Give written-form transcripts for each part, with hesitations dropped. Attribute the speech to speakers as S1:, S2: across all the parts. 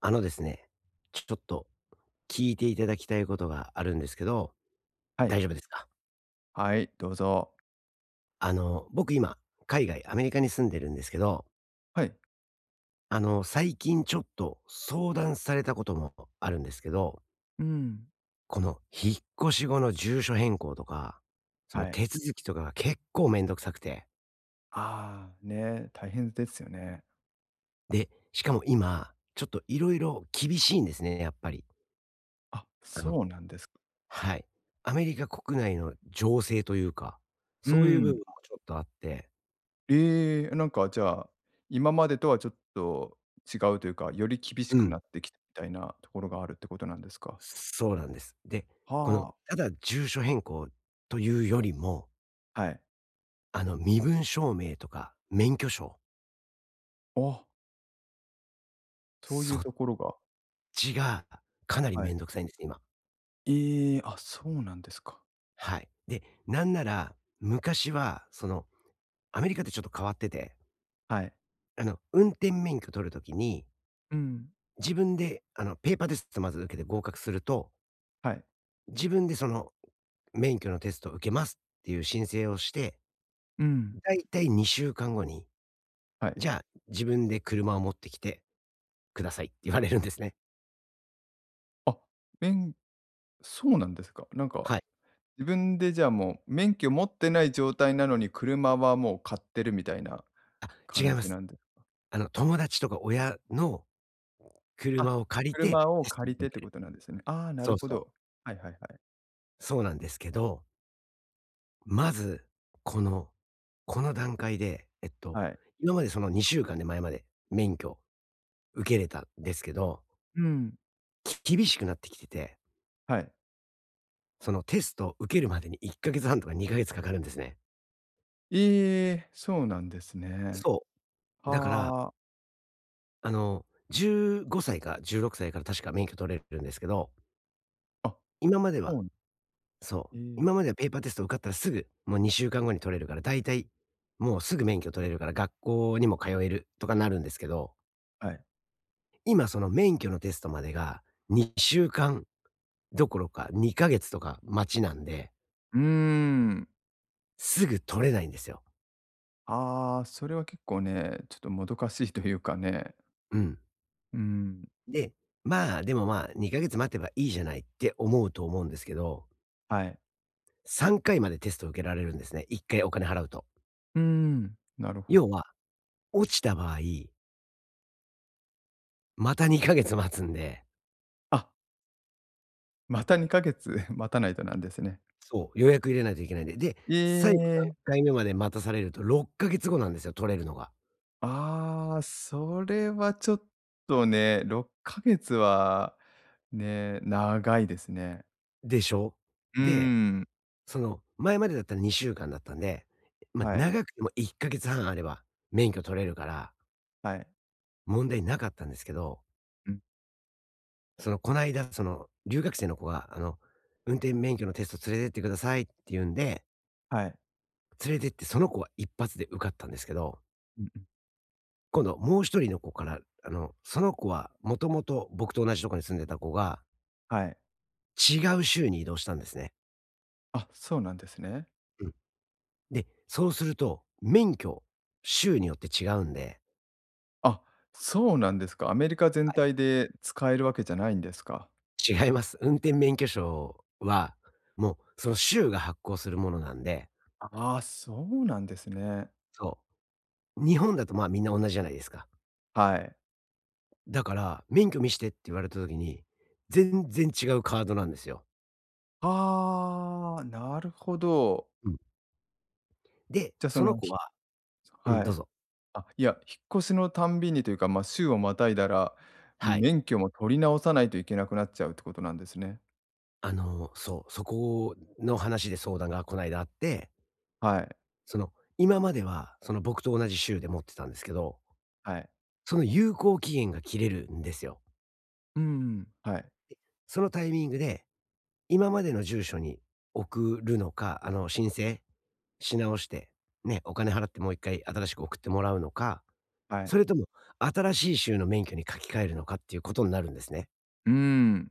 S1: ですね、ちょっと聞いていただきたいことがあるんですけど、
S2: はい。
S1: 大丈夫ですか？
S2: はい、どうぞ。
S1: 僕今、海外、アメリカに住んでるんですけど、
S2: はい。
S1: 最近ちょっと相談されたこともあるんですけど、
S2: うん。
S1: この引っ越し後の住所変更とか、その
S2: はい。
S1: 手続きとかが結構めんどくさくて、
S2: ああ、ね、大変ですよね。
S1: で、しかも今、ちょっといろいろ厳しいんですね、やっぱり。
S2: あ、
S1: あの
S2: そうなんです。
S1: はい。アメリカ国内の情勢というか、
S2: う
S1: そういう部
S2: ん。
S1: 分もちょっとあって、
S2: ええ、なんかじゃあ、今までとはちょっと違うというか、より厳し
S1: う
S2: く
S1: ん。
S2: なってきたみたいなところがあるってことなんですか？
S1: そうなんです。で、この、
S2: はあ。
S1: ただ住所変更というよりも、
S2: はい。
S1: 身分証明とか免許証、
S2: あ、そうい
S1: そ
S2: う
S1: っ
S2: ところが、
S1: ちがかなり
S2: はい。
S1: めんどくさいんです、今。
S2: ええ、あ、そうなんですか。
S1: はい。で、なんなら、昔は、アメリカってちょっと変わってて、
S2: はい。
S1: 運転免許取るときに、
S2: うん。
S1: 自分で、ペーパーテストまず受けて合格すると、
S2: はい。
S1: 自分でその、免許のテストを受けますっていう申請をして、
S2: うん。
S1: だいたい2週間後に、
S2: はい。
S1: じゃあ自分で車を持ってきて、くださいって言われるんですね。
S2: あ、めんそうなんですか。なんか
S1: はい。
S2: 自分でじゃあもう、免許持ってない状態なのに、車はもう買ってるみたいな
S1: あ、違い
S2: 感
S1: ま
S2: じな
S1: す。
S2: んで、
S1: 友達とか親の
S2: あ、
S1: 車を借りて
S2: 車を
S1: テストを
S2: 借り
S1: 受
S2: てって
S1: け
S2: こ
S1: る。
S2: となんですね。ああ、な
S1: そ
S2: る
S1: う
S2: ほ
S1: そう。
S2: ど。はい、はい、はい。
S1: そうなんですけど、まず、この、この段階で、
S2: はい。
S1: 今までその2週間で前まで免許受けれたんですけど、
S2: うん。
S1: 厳しくなってきてて、
S2: はい。
S1: そのテストを受けるまでに1ヶ月半とか2ヶ月かかるんですね。
S2: ええ、そうなんですね。
S1: そう。だから、
S2: はあ。
S1: あの、15歳か16歳から確か免許取れるんですけど、
S2: あ、
S1: 今までは
S2: そう。
S1: そう。
S2: ええ、
S1: 今まではペーパーテスト受かったらすぐ、もう2週間後に取れるから、だいたいもうすぐ免許取れるから、学校にも通えるとかなるんですけど、
S2: はい。
S1: 今その免許のテストまでが2週間どころか2ヶ月とか待ちなんで、
S2: うーん。
S1: すぐ取れないんですよ。
S2: ああ、それは結構ね、ちょっともどかしいというかね。
S1: うん。
S2: うん。
S1: で、まあ、でもまあ、2ヶ月待てばいいじゃないって思うと思うんですけど、
S2: はい。
S1: 3回までテスト受けられるんですね。1回お金払うと。
S2: うーん、なるほど。
S1: 要は、落ちた場合、また2ヶ月待つんで、
S2: あ、また2ヶ月 待たないとなんですね。
S1: そう、予約入れないといけないんで。で、
S2: え
S1: 最後3
S2: え。
S1: 回目まで待たされると6ヶ月後なんですよ、取れるのが。
S2: ああ、それはちょっとね、6ヶ月はね、長いですね。
S1: でしょ？
S2: うー
S1: で、
S2: ん。
S1: 前までだったら2週間だったんで、ま、
S2: はい、
S1: 長くても1ヶ月半あれば免許取れるから
S2: はい、
S1: 問題なかったんですけど、
S2: うん。
S1: こないだ、留学生の子が、運転免許のテスト連れてってくださいって言うんで、
S2: はい、
S1: 連れてってその子は一発で受かったんですけど、
S2: うん、うん。
S1: 今度もう一人の子から、その子はもともと僕と同じとこに住んでた子が
S2: はい。
S1: 違う州に移動したんですね。
S2: あ、そうなんですね。
S1: うん。で、そうすると、免許、州によって違うんで
S2: あ、そうなんですか。アメリカ全体で使えるわけじゃないんですか？
S1: 違います。運転免許証は、もうその州が発行するものなんで、
S2: ああ、そうなんですね。
S1: そう。日本だとまあみんな同じじゃないですか。
S2: はい。
S1: だから、免許見してって言われた時に、全然違うカードなんですよ。
S2: ああ、なるほど。
S1: うん。で、
S2: じゃ、そ
S1: その
S2: の
S1: 子
S2: ひ
S1: はうん、
S2: は
S1: どう
S2: い。
S1: ぞ。
S2: あ、いや、引っ越しのたんびにというか、まあ、週をまたいだら、
S1: はい。
S2: 免許も取り直さないといけなくなっちゃうってことなんですね。
S1: そう、そこの話で相談がこないだあって、
S2: はい、
S1: その、今まではその僕と同じ州で持ってたんですけど、
S2: はい。
S1: その有効期限が切れるんですよ。
S2: うん、はい、
S1: そのタイミングで、今までの住所に送るのか、申請し直して、ね、お金払ってもう1回新しく送ってもらうのか、
S2: はい。
S1: それとも新しい州の免許に書き換えるのかっていうことになるんですね。
S2: うーん、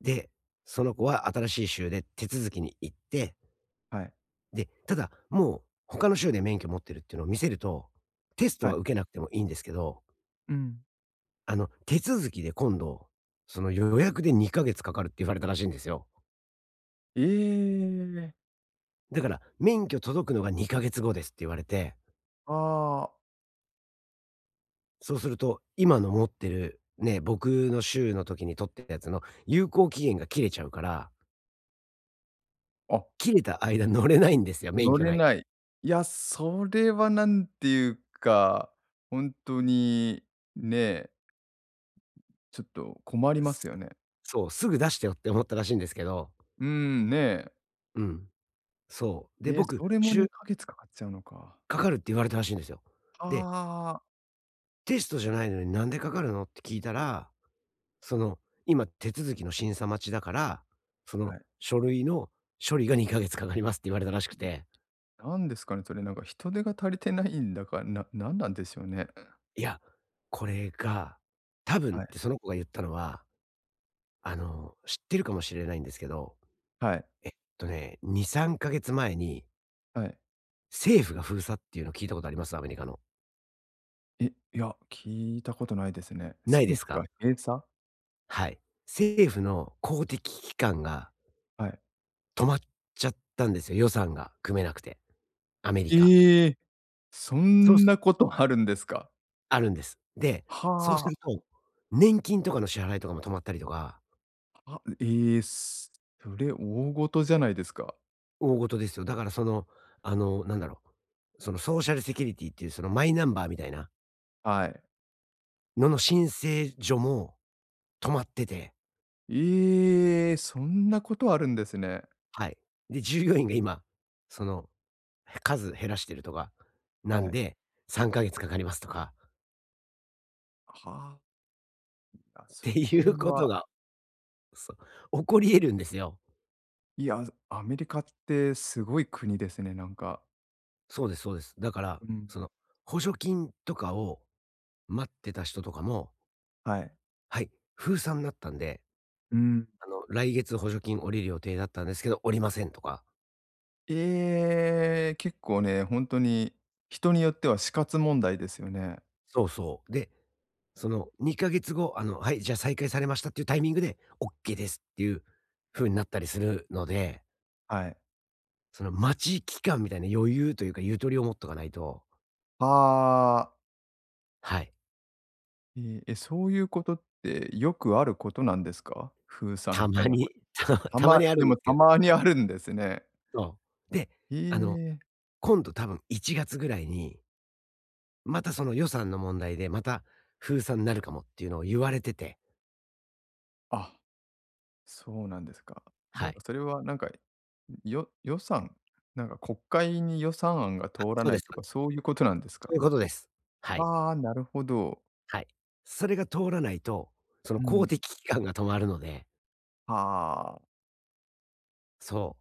S1: で、その子は新しい州で手続きに行って、
S2: はい、
S1: で、ただ、もう他の州で免許持ってるっていうのを見せると、テスト
S2: はい。
S1: は受けなくてもいいんですけど、
S2: うん。
S1: 手続きで今度、その予約で2ヶ月かかるって言われたらしいんですよ。
S2: ええ、
S1: だから「免許届くのが2か月後です」って言われて、
S2: ああ、
S1: そうすると今の持ってるね、僕の州の時に取ってたやつの有効期限が切れちゃうから、
S2: あ、
S1: 切れた間乗れないんですよ、免
S2: 乗
S1: 許
S2: れ
S1: ないか
S2: ない。いや、それはなんていうか、ほんとに、ね、ちょっと困り
S1: ら。
S2: ますよね。
S1: そう、すぐ出してよって思ったらしいんですけど、
S2: うーん、ね。
S1: うん、そう。で、
S2: ええ、
S1: 僕、
S2: それも
S1: 「週
S2: 2ヶ月かかっちゃうのか。
S1: かかる」って言われたらしいんですよ。で、
S2: はあ、
S1: テストじゃないのに「なんでかかるの？」って聞いたら、その「今手続きの審査待ちだから、そ
S2: は
S1: の
S2: い。
S1: 書類の処理が2か月かかります」って言われたらしくて。
S2: なんですかね、それなんか人手が足りてないんだか、なんなんでしょうね。
S1: いや、これが、多分っ
S2: はい。
S1: てその子が言ったのは、知ってるかもしれないんですけど、
S2: はい。
S1: えっ2、3ヶ月前に
S2: はい。
S1: 政府が封鎖っていうの聞いたことあります？アメリカの。
S2: え、いや、聞いたことないですね。
S1: ないで
S2: 政
S1: す
S2: 府が
S1: か？
S2: 閉鎖？
S1: はい。政府の公的機関が
S2: はい。
S1: 止まっちゃったんですよ、予算が組めなくて、アメリカ。
S2: ええ！そ
S1: そう
S2: ん
S1: す
S2: なことあるんですか？
S1: あるんです。で、そうす
S2: は
S1: ると、年金とかの支払いとかも止まったりとか、
S2: あ、はええ、それ大事じゃないですか。
S1: 大事ですよ。だからなんだろう、そのソーシャルセキュリティっていうそのマイナンバーみたいな
S2: はい。
S1: のの申請所も止まってて、
S2: ええ、そんなことあるんですね。
S1: はい。で、従業員が今、その、数減らしてるとか、
S2: は
S1: なん
S2: い。
S1: で、3ヶ月かかりますとか、
S2: はあ、あ、
S1: って
S2: そ
S1: い
S2: れ
S1: うこと
S2: は、
S1: が、そう、起こり得るんですよ。
S2: いや、アメリカってすごい国ですね、なんか。
S1: そうですそうです。だから、
S2: うん。
S1: その、補助金とかを待ってた人とかも、
S2: はい。
S1: はい、封鎖になったんで、
S2: うん。
S1: 来月補助金降りる予定だったんですけど、降りませんとか、
S2: ええ、結構ね、ほんとに人によっては死活問題ですよね。
S1: そうそう。で、その2ヶ月後、あの、はい、じゃあ再開されましたっていうタイミングで、オッケーですっていう風になったりするので、
S2: はい。
S1: その待ち期間みたいな余裕というか、ゆとりを持っとかないと、
S2: ああ。
S1: はい、
S2: ええ、え、そういうことってよくあることなんですか？封鎖
S1: た
S2: みた
S1: ま
S2: いなこ
S1: に、
S2: とっ て。
S1: たま
S2: た
S1: た
S2: ま
S1: まにあ
S2: で
S1: るんで
S2: も
S1: す
S2: た
S1: けど、
S2: まにあるんですね。
S1: そう。で、
S2: え
S1: あの、
S2: え、
S1: 今度多分1月ぐらいに、またその予算の問題で、また封鎖になるかもっていうのを言われてて、
S2: あ、そうなんですか。
S1: は
S2: なんか
S1: い。
S2: それはなんか、よ予算なんか国会に予算案が
S1: あ、
S2: 通ら
S1: そう
S2: な
S1: で
S2: い
S1: す、そ
S2: と
S1: う
S2: か
S1: です。
S2: そういうことなんです
S1: そ
S2: か？
S1: ういうことです。はい、
S2: ああ、なるほど。
S1: はい。それが通らないと、その
S2: う
S1: 公
S2: ん。
S1: 的機関が止まるので、
S2: はあ。
S1: そ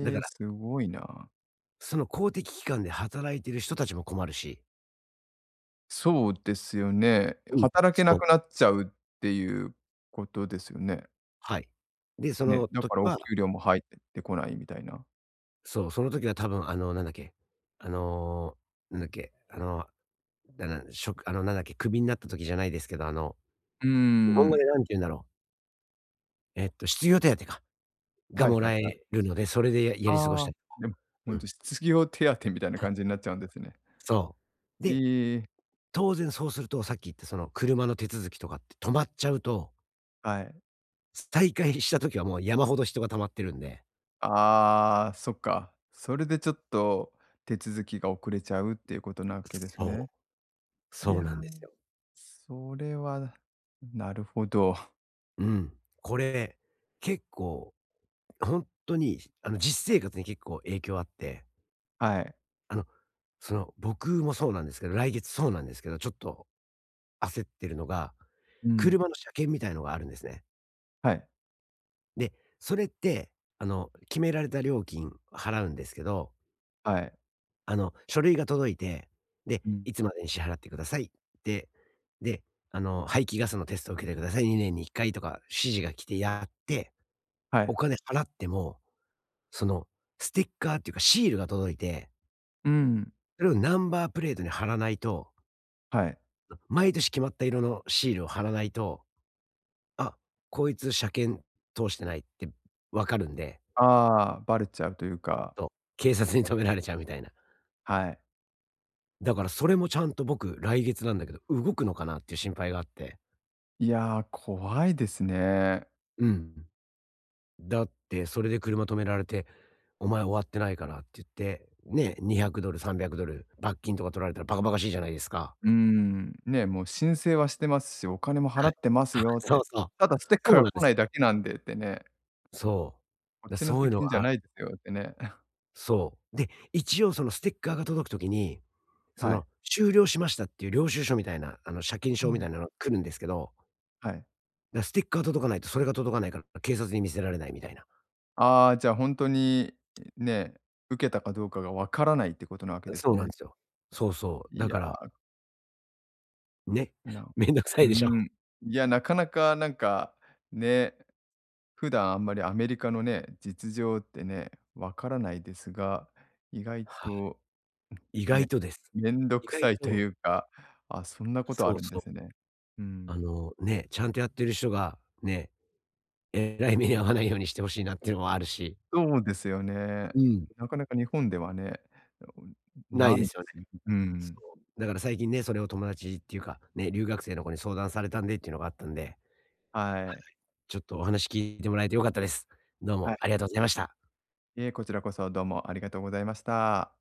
S1: う。だか
S2: え、
S1: ら、
S2: すごいな。
S1: その公的機関で働いてる人たちも困るし。
S2: そうですよね。
S1: うん。
S2: 働けな
S1: そう。
S2: くなっちゃうっていうことですよね。
S1: はい。で、そ
S2: ね、
S1: の
S2: だ
S1: 時
S2: からお
S1: は
S2: 給料も入ってこないみたいな。
S1: そう、その時は多分なんだっけ、あの、なんだっけ、あの、だなしなんだっけ、クビになった時じゃないですけど、
S2: うー
S1: 日本語
S2: ん。
S1: でなんて言うんだろう。失業手当か、が
S2: はい、
S1: も
S2: は
S1: らえ
S2: い、はい。
S1: るので、それでやり過ごし
S2: ああ、
S1: たり、
S2: でも、ほ
S1: う
S2: ん
S1: ん、
S2: と失業手当みたいな感じになっちゃうんですね。
S1: そう。で、
S2: いい
S1: 当然そうすると、さっき言ったその車の手続きとかって止まっちゃうと、
S2: はい。
S1: 再開した時はもう山ほど人が溜まってるんで。
S2: ああ、そっか。それでちょっと手続きが遅れちゃうっていうことなわけです
S1: そ
S2: ね。
S1: う。
S2: い
S1: そ
S2: や、
S1: うなんですよ。
S2: それはなるほど。
S1: うん。これ、結構本当に、実生活に結構影響あって、
S2: はい。
S1: あの、僕もそうなんですけど、来月そうなんですけど、ちょっと焦ってるのが、
S2: うん。
S1: 車の車検みたいのがあるんですね。
S2: はい、
S1: で、それって、決められた料金払うんですけど、
S2: はい。
S1: 書類が届いて、で、
S2: うん。
S1: いつまでに支払ってくださいって、で、排気ガスのテストを受けてください、2年に1回とか指示が来てやって、
S2: は
S1: お
S2: い。
S1: 金払っても、その、ステッカーっていうかシールが届いて、
S2: うん、
S1: それをナンバープレートに貼らないと、
S2: はい。
S1: 毎年決まった色のシールを貼らないと、あ、こいつ車検通してないってわかるんで、
S2: ああ、バレちゃうというか、
S1: と、警察に止められちゃうみたいな。
S2: はい。
S1: だからそれもちゃんと僕、来月なんだけど、動くのかなっていう心配があって。
S2: いやー、怖いですね。
S1: うん。だってそれで車止められて、お前終わってないからって言って、ね、$200、$300 罰金とか取られたらバカバカしいじゃないですか。
S2: うん、ね、もう申請はしてますし、お金も払
S1: は
S2: っ
S1: い。
S2: てます
S1: あ、
S2: よっ
S1: そう
S2: て。
S1: そう。
S2: ただステッ
S1: そ
S2: カー
S1: う
S2: が
S1: なん
S2: 来
S1: で
S2: な
S1: す。
S2: いだけなんでってね、
S1: そ
S2: こっ
S1: う。
S2: ちの
S1: そういう
S2: 責
S1: の
S2: 任じゃ
S1: が、
S2: ないですよってね。
S1: そう。で、一応そのステッカーが届くときに、そ
S2: はい。
S1: の終了しましたっていう領収書みたいな、あの、車検
S2: う
S1: 証み
S2: ん、
S1: たいなのが来るんですけど、
S2: はい。
S1: ステッカー届かないとそれが届かないから、警察に見せられないみたいな。
S2: ああ、じゃあ本当に、ね、受けたかどうかがわからないってことなわけです
S1: そうなん
S2: ね。
S1: ですよ。そうそう。
S2: い
S1: だ
S2: や、
S1: から、ね、めんどくさ
S2: う
S1: いでしょ。
S2: ん。いや、なかなかなんか、ね、普段あんまりアメリカのね、実情ってね、わからないですが、意外
S1: は
S2: と
S1: い、意
S2: ね、
S1: 外とです。
S2: めんど
S1: 意
S2: く
S1: 外
S2: さいとい
S1: と
S2: うか、あ、そんなことあ
S1: そう
S2: るんで
S1: そ
S2: す
S1: う。
S2: ね。うん。
S1: ね、ちゃんとやってる人が、ね、えらい目に遭わないようにしてほしいなっていうのはあるし。
S2: そうですよね。
S1: うん、
S2: なかなか日本ではね、
S1: な
S2: な
S1: い
S2: い
S1: で
S2: で
S1: すよね。
S2: すよ。う
S1: そ
S2: ん。
S1: う、だから最近ね、それを友達っていうか、ね、留学生の子に相談されたんでっていうのがあったんで、
S2: はい。
S1: ちょっとお話聞いてもらえて良かったです。どう
S2: は
S1: もあり
S2: い。
S1: がとうございました。
S2: いえ、こちらこそどうもありがとうございました。